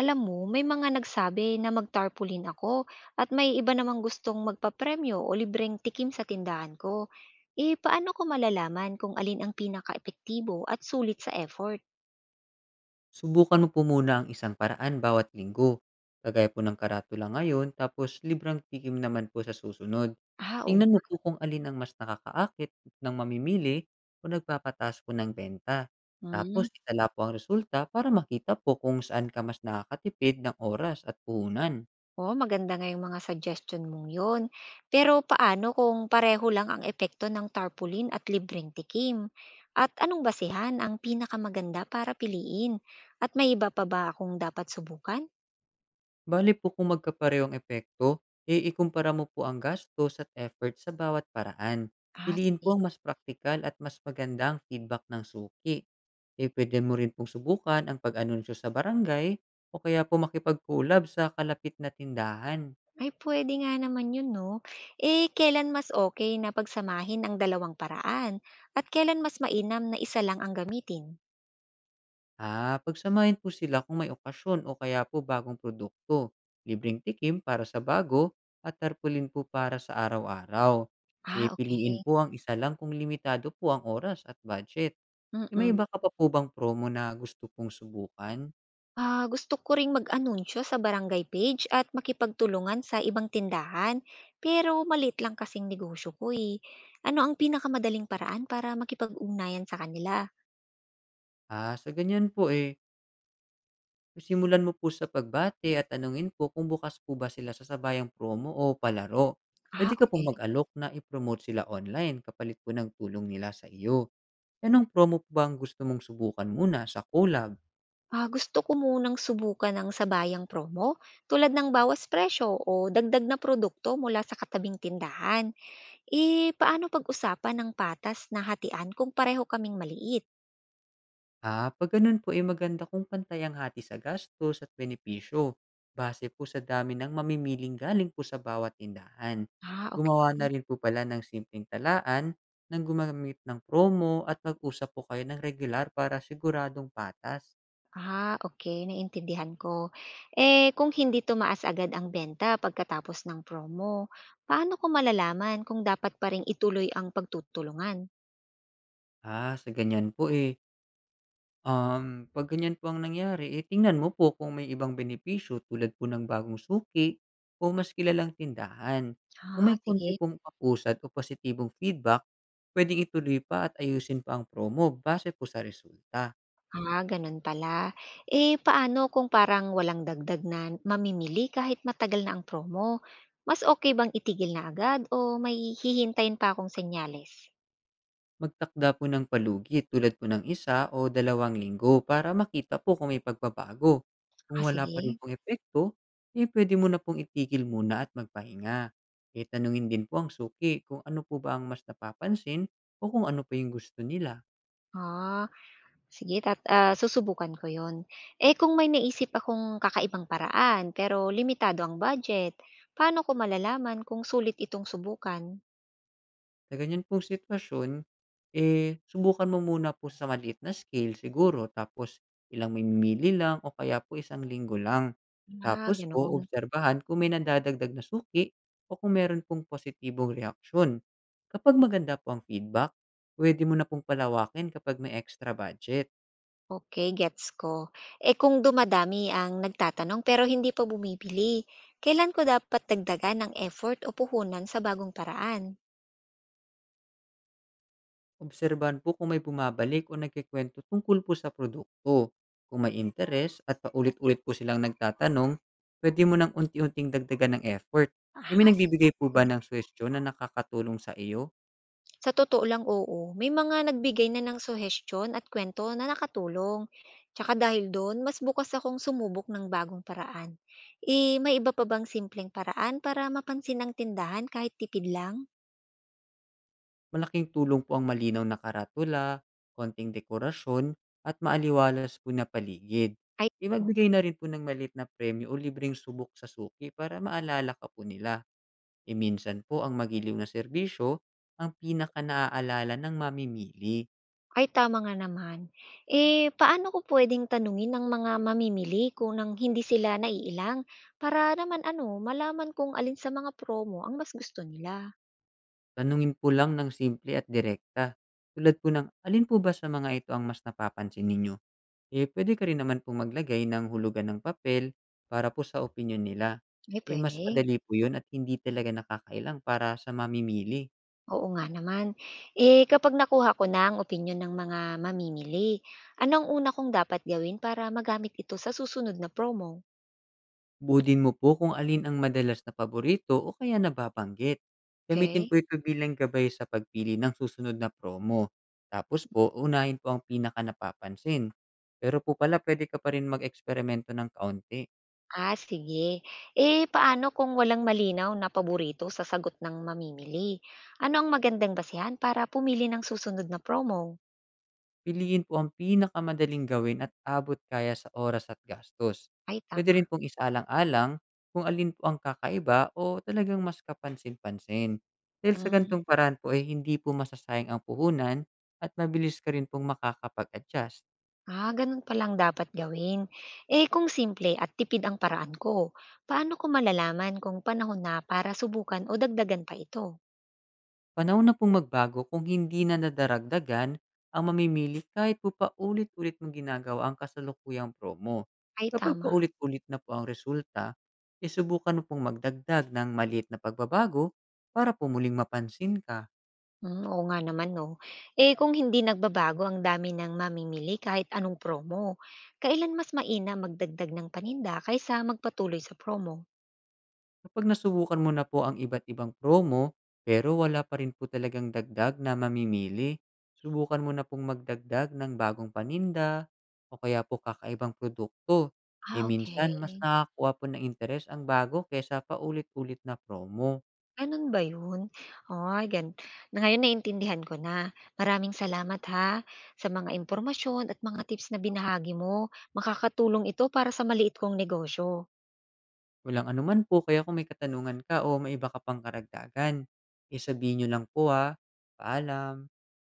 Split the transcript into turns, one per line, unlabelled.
Alam mo, may mga nagsabi na mag-tarpaulin ako at may iba namang gustong magpapremyo o libreng tikim sa tindahan ko. Eh, paano ko malalaman kung alin ang pinaka-epektibo at sulit sa effort?
Subukan mo po muna ang isang paraan bawat linggo, kagaya po ng karatula ngayon tapos librang tikim naman po sa susunod.
Ah, oo.
Tingnan mo po kung alin ang mas nakakaakit ng mamimili o nagpapataas po ng benta. Tapos
Hmm.
itala po ang resulta para makita po kung saan ka mas nakakatipid ng oras at puhunan.
Oh, maganda nga yung mga suggestion mong yon. Pero paano kung pareho lang ang epekto ng tarpaulin at libreng tikim? At anong basihan ang pinakamaganda para piliin? At may iba pa ba akong dapat subukan?
Bali po kung magkapareho ang epekto, e ikumpara mo po ang gastos at effort sa bawat paraan.
Ah,
Piliin po
sige.
ang mas praktikal at mas magandang feedback ng suki. Eh, puwede mo rin pong subukan ang pag-anunsyo sa barangay o kaya po makipag-collab sa kalapit na tindahan.
Ay, puwede nga naman yun 'no. Eh, kailan mas okay na pagsamahin ang dalawang paraan at kailan mas mainam na isa lang ang gamitin?
Ah, pagsamahin po sila kung may okasyon o kaya po bagong produkto. Libreng tikim para sa bago at tarpulin po para sa araw-araw. Eh,
Ah,
piliin
okay.
po ang isa lang kung limitado po ang oras at budget. Eh, may
Mm.
iba ka pa po bang promo na gusto pong subukan?
Ah, gusto ko ring mag-anunsyo sa barangay page at makipagtulungan sa ibang tindahan, pero malit lang kasing negosyo ko, eh. Ano ang pinakamadaling paraan para makipag-ugnayan sa kanila?
Ah, sa ganyan po eh, simulan mo po sa pagbate at tanungin po kung bukas po ba sila sa sabayang promo o palaro.
Ah,
Pwede ka pong
okay.
mag-alok na i-promote sila online kapalit po ng tulong nila sa iyo. Anong promo po ba ang gusto mong subukan muna sa collab?
Ah, gusto ko munang subukan ng sabayang promo tulad ng bawas presyo o dagdag na produkto mula sa katabing tindahan. Eh, paano pag-usapan ng patas na hatian kung pareho kaming maliit?
Ah, pag ganun po ay maganda kung pantay ang hati sa gastos at benepisyo. Base po sa dami ng mamimiling galing po sa bawat tindahan.
Ah, okay.
Gumawa na rin po pala ng simpleng talaan nang gumamit ng promo at mag-usap po kayo ng regular para siguradong patas.
Ah, okey, naintindihan ko. Eh, kung hindi tumaas agad ang benta pagkatapos ng promo, paano ko malalaman kung dapat pa ring ituloy ang pagtutulungan?
Ah, sa ganyan po, eh, 'pag ganyan po ang nangyari, eh, tingnan mo po kung may ibang benepisyo tulad po ng bagong suki o mas kilalang tindahan. Kung
Ah,
may
sige.
konti pong kapusad o positibong feedback, puwedeng ituloy pa at ayusin pa ang promo base po sa resulta.
Ah, gano'n pala. Eh, paano kung parang walang dagdag na mamimili kahit matagal na ang promo? Mas okay bang itigil na agad o may hihintayin pa akong senyales?
Magtakda po ng palugi tulad po ng 1 o 2 linggo para makita po kung may pagbabago.
Ah,
Kung wala pa rin
sige.
pong epekto, eh puwede mo na pong itigil muna at magpahinga. Eh tanungin din po ang suki kung ano po ba ang mas napapansin o kung ano pa yung gusto nila.
Ah. Sige tat susubukan ko 'yon. Eh, kung may naisip akong kakaibang paraan pero limitado ang budget, paano ko malalaman kung sulit itong subukan?
Sa ganyan pong sitwasyon, eh, subukan mo muna po sa maliit na scale siguro tapos ilang mamimili lang o kaya po isang linggo lang.
Ah,
Tapos po
gano'n.
obserbahan kung may nadadagdag na suki o kung meron pong positibong reaksyon. Kapag maganda po ang feedback, pwede mo na pong palawakin kapag may extra budget.
Okay, gets ko. Eh, kung dumadami ang nagtatanong pero hindi pa bumibili, kailan ko dapat dagdagan ng effort o puhunan sa bagong paraan?
Obserbahan po kung may bumabalik o nagkikwento tungkol po sa produkto. Kung may interes at paulit-ulit po silang nagtatanong, pwede mo nang unti-unting dagdagan ng effort. Kami
Ah,
nagbibigay
sige.
po ba ng suwestyon na nakakatulong sa iyo?
Sa totoo lang, oo. May mga nagbigay na ng suhestiyon at kwento na nakatulong. Tsaka dahil doon, mas bukas akong sumubok ng bagong paraan. Eh, may iba pa bang simpleng paraan para mapansin ang tindahan kahit tipid lang?
Malaking tulong po ang malinaw na karatula, konting dekorasyon, at maaliwalas po na paligid.
Ay, oo.
Imagbigay na rin po ng malit na premyo o libreng subok sa suki para maalala ka po nila. E minsan po ang magiliw na serbisyo ang pinaka naaalala ng mamimili.
Ay, tama nga naman. Eh, paano ko pwedeng tanungin ng mga mamimili kung nang hindi sila naiilang para naman ano, malaman kung alin sa mga promo ang mas gusto nila?
Tanungin po lang ng simple at direkta, tulad po ng, "Alin po ba sa mga ito ang mas napapansin ninyo?" Eh, pwede ka rin naman po maglagay ng hulugan ng papel para po sa opinyon nila.
Ay,
Eh, mas
pwede.
madali po 'yun at hindi talaga nakakailang para sa mamimili.
Oo nga naman. Eh, kapag nakuha ko na ang opinyon ng mga mamimili, anong ang una kong dapat gawin para magamit ito sa susunod na promo?
Budin mo po kung alin ang madalas na paborito o kaya nababanggit. Gamitin po
Okay?
ito bilang gabay sa pagpili ng susunod na promo. Tapos po, unahin po ang pinakanapapansin. Pero po pala pwede ka pa rin mag-eksperimento ng kaunti.
Ah, sige. Eh, paano kung walang malinaw na paborito sa sagot ng mamimili? Ano ang magandang basihan para pumili ng susunod na promo?
Piliin po ang pinakamadaling gawin at abot kaya sa oras at gastos.
Ay,
Puwede rin
tama.
pong isalang alang kung alin po ang kakaiba o talagang mas kapansin-pansin. Dahil sa
Mm.
ganitong paraan po ay hindi po masasayang ang puhunan at mabilis ka rin pong makakapag-adjust.
Ah, ganun palang dapat gawin. Eh, kung simple at tipid ang paraan ko, paano ko malalaman kung panahon na para subukan o dagdagan pa ito?
Panahon na pong magbago kung hindi na nadaragdagan ang mamimili kahit po paulit-ulit mong ginagawa ang kasalukuyang promo.
Ay,
Kapag
tama.
paulit-ulit na po ang resulta, eh, subukan mo pong magdagdag ng maliit na pagbabago para po muling mapansin ka.
Hmm, oo nga naman 'no. Eh, kung hindi nagbabago ang dami ng mamimili kahit anong promo, kailan mas maina magdagdag ng paninda kaysa magpatuloy sa promo?
Kapag nasubukan mo na po ang iba't ibang promo, pero wala pa rin po talagang dagdag na mamimili, subukan mo na pong magdagdag ng bagong paninda o kaya po kakaibang produkto. E
Ah, okay.
minsan, mas nakakuha po ng interes ang bago kaysa paulit-ulit na promo.
Gano'n ba 'yun? Ay, gan ngayon naintindihan ko na. Maraming salamat ha, sa mga impormasyon at mga tips na binahagi mo. Makakatulong ito para sa maliit kong negosyo.
Walang anuman po, kaya kung may katanungan ka o may iba ka pang karagdagan, isabihin nyo lang po ha. Paalam!